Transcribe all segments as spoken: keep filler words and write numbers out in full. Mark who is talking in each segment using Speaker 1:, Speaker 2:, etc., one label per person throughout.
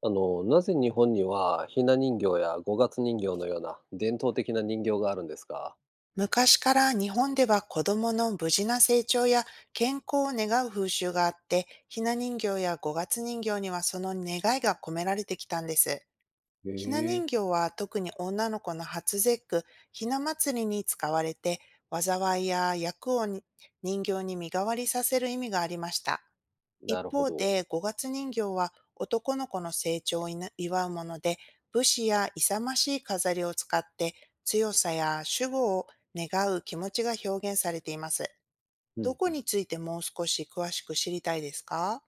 Speaker 1: あの、なぜ日本にはひな人形や五月人形のような伝統的な人形があるんですか？
Speaker 2: 昔から日本では子供の無事な成長や健康を願う風習があって、ひな人形や五月人形にはその願いが込められてきたんです。
Speaker 1: へ
Speaker 2: ひな
Speaker 1: え、
Speaker 2: 人形は特に女の子の初節句、ひな祭りに使われて、災いや厄をに人形に身代わりさせる意味がありました。一
Speaker 1: なるほ
Speaker 2: 方
Speaker 1: ど。
Speaker 2: で、五月人形は男の子の成長をいな祝うもので、武士や勇ましい飾りを使って強さや守護を願う気持ちが表現されています。
Speaker 1: う
Speaker 2: ど
Speaker 1: ん
Speaker 2: こ
Speaker 1: うん。
Speaker 2: についてもう少し詳しく知りたいですか？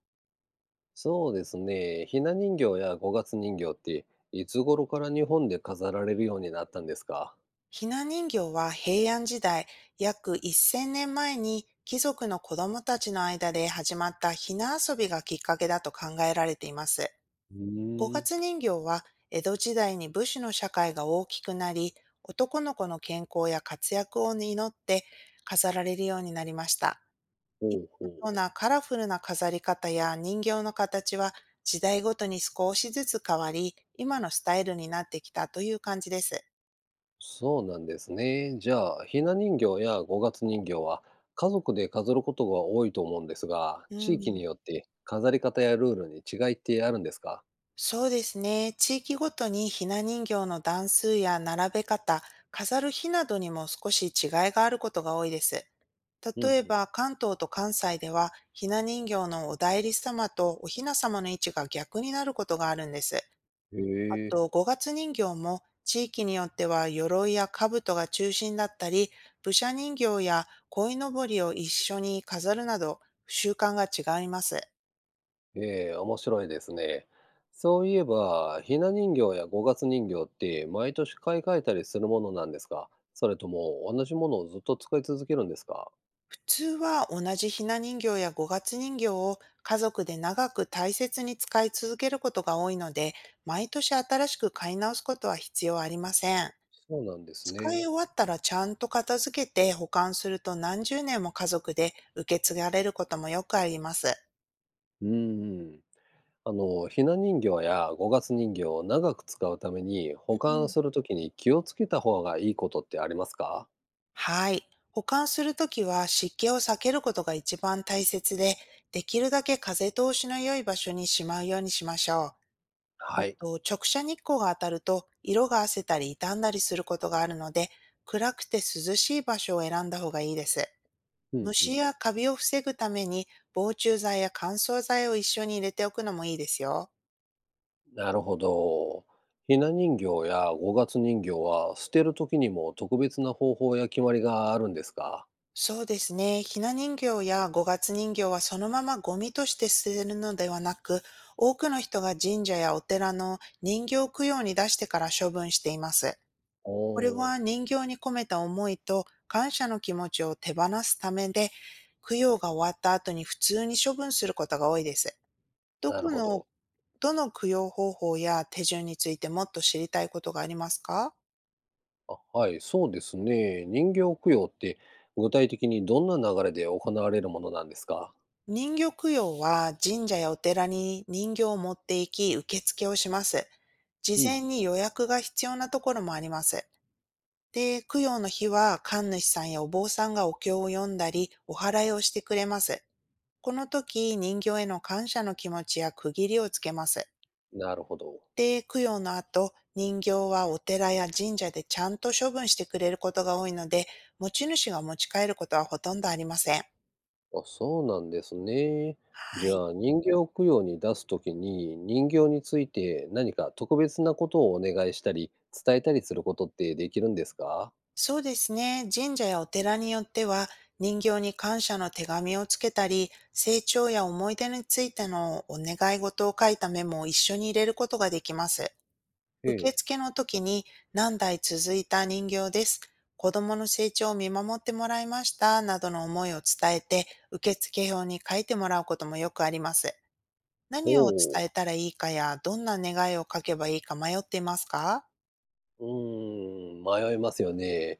Speaker 1: そうですね。ひな人形や五月人形っていつ頃から日本で飾られるようになったんですか？
Speaker 2: ひな人形は平安時代、約せんねんまえに貴族の子供たちの間で始まったひな遊びがきっかけだと考えられています。
Speaker 1: う
Speaker 2: 五
Speaker 1: ーん、
Speaker 2: 月人形は江戸時代に武士の社会が大きくなり、男の子の健康や活躍を祈って飾られるようになりました。
Speaker 1: ほ
Speaker 2: 今
Speaker 1: うほ
Speaker 2: のよ
Speaker 1: う。
Speaker 2: うなカラフルな飾り方や人形の形は時代ごとに少しずつ変わり、今のスタイルになってきたという感じです。
Speaker 1: そうなんですね。じゃあ、ひな人形や五月人形は家族で飾ることが多いと思うんですが、
Speaker 2: う
Speaker 1: 地域
Speaker 2: ん、
Speaker 1: によって飾り方やルールに違いってあるんですか？
Speaker 2: そうですね。地域ごとにひな人形の段数や並べ方、飾る日などにも少し違いがあることが多いです。
Speaker 1: うん
Speaker 2: 例え
Speaker 1: うん。
Speaker 2: ば関東と関西では、ひな人形のお内裏様とお雛様の位置が逆になることがあるんです。
Speaker 1: へ
Speaker 2: あ
Speaker 1: え。
Speaker 2: と、五月人形も地域によっては鎧や兜が中心だったり、武者人形や鯉のぼりを一緒に飾るなど、習慣が違います。
Speaker 1: ええ、面白いですね。そういえば、ひな人形や五月人形って毎年買い替えたりするものなんですか？それとも同じものをずっと使い続けるんですか？
Speaker 2: 普通は同じひな人形や五月人形を家族で長く大切に使い続けることが多いので、毎年新しく買い直すことは必要ありません。
Speaker 1: そうなんです
Speaker 2: 使い終
Speaker 1: ね。
Speaker 2: わったらちゃんと片付けて保管すると何十年も家族で受け継がれることもよくあります。
Speaker 1: うんうん。あの、ひな人形や五月人形を長く使うために保
Speaker 2: う
Speaker 1: 管
Speaker 2: ん、
Speaker 1: するときに気をつけた方がいいことってありますか？
Speaker 2: はい。保管するときは湿気を避けることが一番大切で、できるだけ風通しの良い場所にしまうようにしましょう。あ
Speaker 1: はい。
Speaker 2: と、直射日光が当たると色が褪せたり傷んだりすることがあるので、暗くて涼しい場所を選んだ方がいいです。
Speaker 1: うんう
Speaker 2: 虫
Speaker 1: ん。
Speaker 2: やカビを防ぐために防虫剤や乾燥剤を一緒に入れておくのもいいですよ。
Speaker 1: なるほど。ひな人形や五月人形は捨てるときにも特別な方法や決まりがあるんですか？
Speaker 2: そうですね。ひな人形や五月人形はそのままゴミとして捨てるのではなく、多くの人が神社やお寺の人形供養に出してから処分しています。
Speaker 1: お
Speaker 2: これ
Speaker 1: お、
Speaker 2: は人形に込めた思いと感謝の気持ちを手放すためで、供養が終わった後に普通に処分することが多いです。ど
Speaker 1: な
Speaker 2: こ
Speaker 1: るほ
Speaker 2: の、
Speaker 1: ど。
Speaker 2: どの供養方法や手順についてもっと知りたいことがありますか？
Speaker 1: あ、はい、そうですね。人形供養って具体的にどんな流れで行われるものなんですか？
Speaker 2: 人形供養は神社やお寺に人形を持って行き、受付をします。事
Speaker 1: う
Speaker 2: 前
Speaker 1: ん、
Speaker 2: に予約が必要なところもあります。で、供養の日は神主さんやお坊さんがお経を読んだり、お祓いをしてくれます。この時、人形への感謝の気持ちや区切りをつけます。
Speaker 1: なるほど。
Speaker 2: で、供養の後、人形はお寺や神社でちゃんと処分してくれることが多いので、持ち主が持ち帰ることはほとんどありません。
Speaker 1: あ、そうなんですね。
Speaker 2: は
Speaker 1: じ
Speaker 2: い。
Speaker 1: ゃあ、人形供養に出すときに人形について何か特別なことをお願いしたり、伝えたりすることってできるんですか？
Speaker 2: そうですね。神社やお寺によっては、人形に感謝の手紙をつけたり、成長や思い出についてのお願い事を書いたメモを一緒に入れることができます。
Speaker 1: え
Speaker 2: 受
Speaker 1: え。
Speaker 2: 付の時に、何代続いた人形です。子供の成長を見守ってもらいました。などの思いを伝えて、受付表に書いてもらうこともよくあります。
Speaker 1: お
Speaker 2: 何を
Speaker 1: お。
Speaker 2: 伝えたらいいかや、どんな願いを書けばいいか迷っていますか？
Speaker 1: うーん、迷いますよね。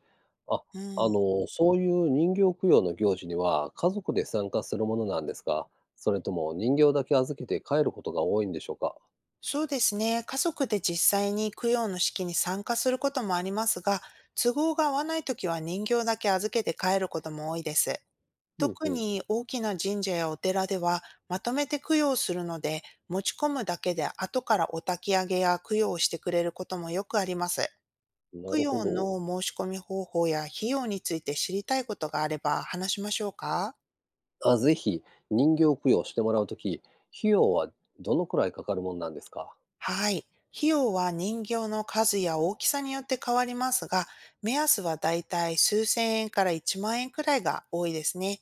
Speaker 1: あ、
Speaker 2: う
Speaker 1: あ
Speaker 2: ん。
Speaker 1: の、そういう人形供養の行事には、家族で参加するものなんですか？それとも人形だけ預けて帰ることが多いんでしょうか？
Speaker 2: そうですね。家族で実際に供養の式に参加することもありますが、都合が合わないときは人形だけ預けて帰ることも多いです。
Speaker 1: うん
Speaker 2: 特
Speaker 1: う
Speaker 2: に大きな神社やお寺ではまとめて供養するので、持ち込むだけで後からお焚き上げや供養をしてくれることもよくあります。
Speaker 1: ん、な
Speaker 2: 供
Speaker 1: るほ
Speaker 2: 養
Speaker 1: ど。
Speaker 2: の申し込み方法や費用について知りたいことがあれば話しましょうか？
Speaker 1: あ、ぜひ。人形供養してもらうとき、費用はどのくらいかかるもんなんですか？
Speaker 2: はい。費用は人形の数や大きさによって変わりますが、目安はだいたい数千円からいちまん円くらいが多いですね。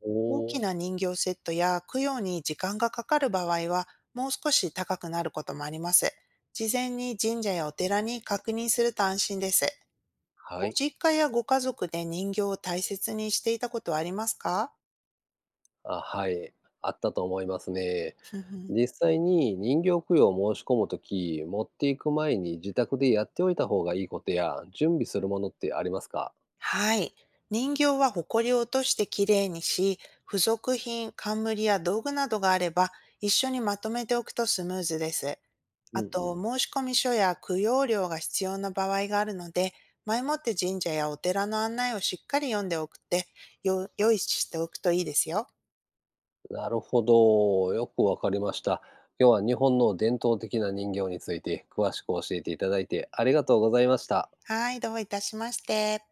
Speaker 1: お
Speaker 2: 大き
Speaker 1: おー、
Speaker 2: な人形セットや供養に時間がかかる場合は、もう少し高くなることもあります。事前に神社やお寺に確認すると安心です。
Speaker 1: は
Speaker 2: ご
Speaker 1: い。
Speaker 2: 実家やご家族で人形を大切にしていたことはありますか？
Speaker 1: あ、はい、あったと思いますね。
Speaker 2: ふふ
Speaker 1: 実際に人形供養を申し込むとき、持っていく前に自宅でやっておいた方がいいことや、準備するものってありますか？
Speaker 2: はい。人形は埃を落としてきれいにし、付属品、冠や道具などがあれば、一緒にまとめておくとスムーズです。
Speaker 1: うん
Speaker 2: あ
Speaker 1: う
Speaker 2: と、
Speaker 1: ん。
Speaker 2: 申し込み書や供養料が必要な場合があるので、前もって神社やお寺の案内をしっかり読んでおくって、よ、用意しておくといいですよ。
Speaker 1: なるほど。よくわかりました。今日は日本の伝統的な人形について詳しく教えていただいてありがとうございました。
Speaker 2: はい、どういたしまして。